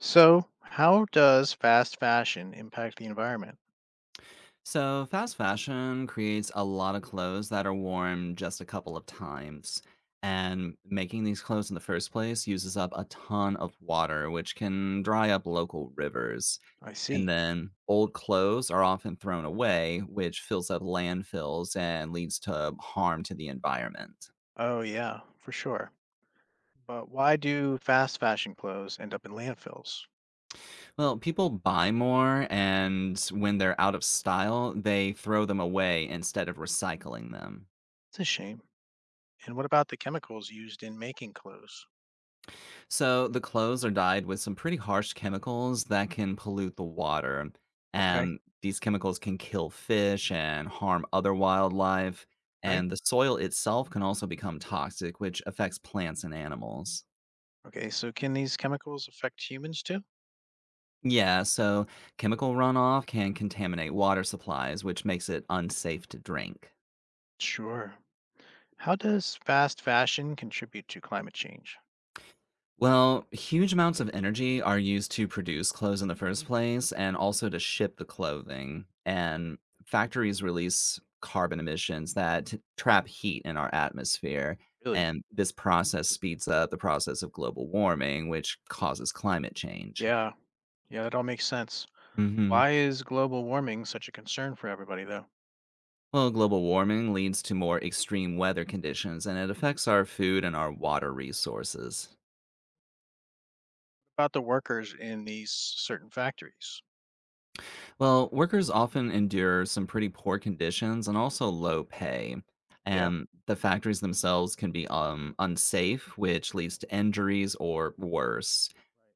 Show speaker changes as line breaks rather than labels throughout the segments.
So, how does fast fashion impact the environment?
So, fast fashion creates a lot of clothes that are worn just a couple of times. And making these clothes in the first place uses up a ton of water, which can dry up local rivers.
I
And
see.
then old clothes are often thrown away, which fills up landfills and leads to harm to the environment.
Oh, yeah, for sure. But why do fast fashion clothes end up in landfills?
Well, people buy more, and when they're out of style, they throw them away instead of recycling them.
It's a shame. And what about the chemicals used in making clothes?
So the clothes are dyed with some pretty harsh chemicals that can pollute the water.
Okay,
And these chemicals can kill fish and harm other wildlife.
right?
And the soil itself can also become toxic, which affects plants and animals.
Okay, so can these chemicals affect humans too?
Yeah, so chemical runoff can contaminate water supplies, which makes it unsafe to drink.
Sure. How does fast fashion contribute to climate change?
Well, huge amounts of energy are used to produce clothes in the first place and also to ship the clothing. And factories release carbon emissions that trap heat in our atmosphere.
Really?
And this process speeds up the process of global warming, which causes climate change.
Yeah, yeah, that all makes sense.
hmm
Why is global warming such a concern for everybody, though?
Well, global warming leads to more extreme weather conditions and it affects our food and our water resources.
About the workers in these certain factories?
Well, workers often endure some pretty poor conditions and also low pay.
Yeah.
And the factories themselves can be unsafe, which leads to injuries or worse.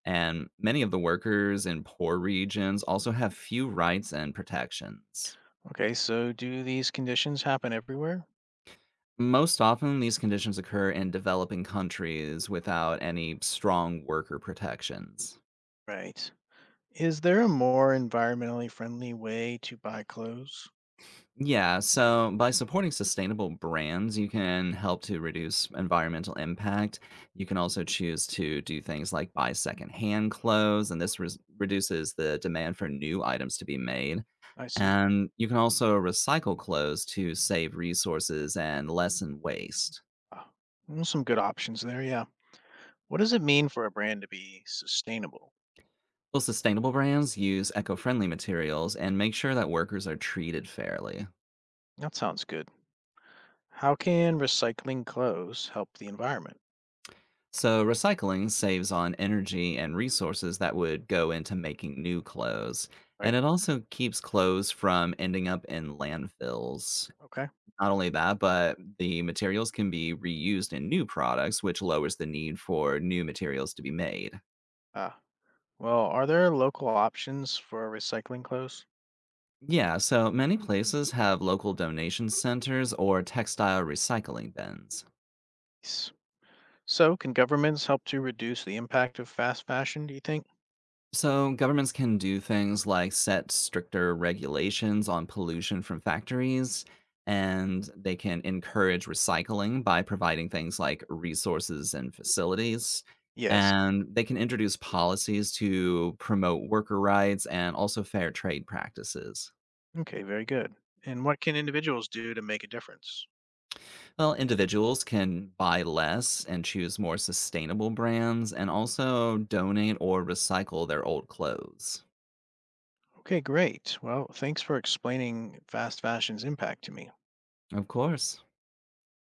And many of the workers in poor regions also have few rights and protections.
Okay, so do these conditions happen everywhere?
Most often, these conditions occur in developing countries without any strong worker protections.
Right. Is there a more environmentally friendly way to buy clothes?
Yeah, so by supporting sustainable brands, you can help to reduce environmental impact. You can also choose to do things like buy secondhand clothes, and this reduces the demand for new items to be made.
I see.
And you can also recycle clothes to save resources and lessen waste.
Ah, mm, some good options there, yeah. What does it mean for a brand to be sustainable?
Well, sustainable brands use eco friendly materials and make sure that workers are treated fairly.
That sounds good. How can recycling clothes help the environment?
So, recycling saves on energy and resources that would go into making new clothes. And
Right.
it also keeps clothes from ending up in landfills.
Okay.
Not only that, but the materials can be reused in new products, which lowers the need for new materials to be made.
Ah, well, are there local options for recycling clothes?
Yeah, so many places have local donation centers or textile recycling bins.
Yes. So, can governments help to reduce the impact of fast fashion, do you think?
So, governments can do things like set stricter regulations on pollution from factories, and they can encourage recycling by providing things like resources and facilities.
Yes.
And they can introduce policies to promote worker rights and also fair trade practices.
Okay, very good. And what can individuals do to make a difference?
Well, individuals can buy less and choose more sustainable brands and also donate or recycle their old clothes.
Okay, great. Well, thanks for explaining fast fashion's impact to me.
Of course.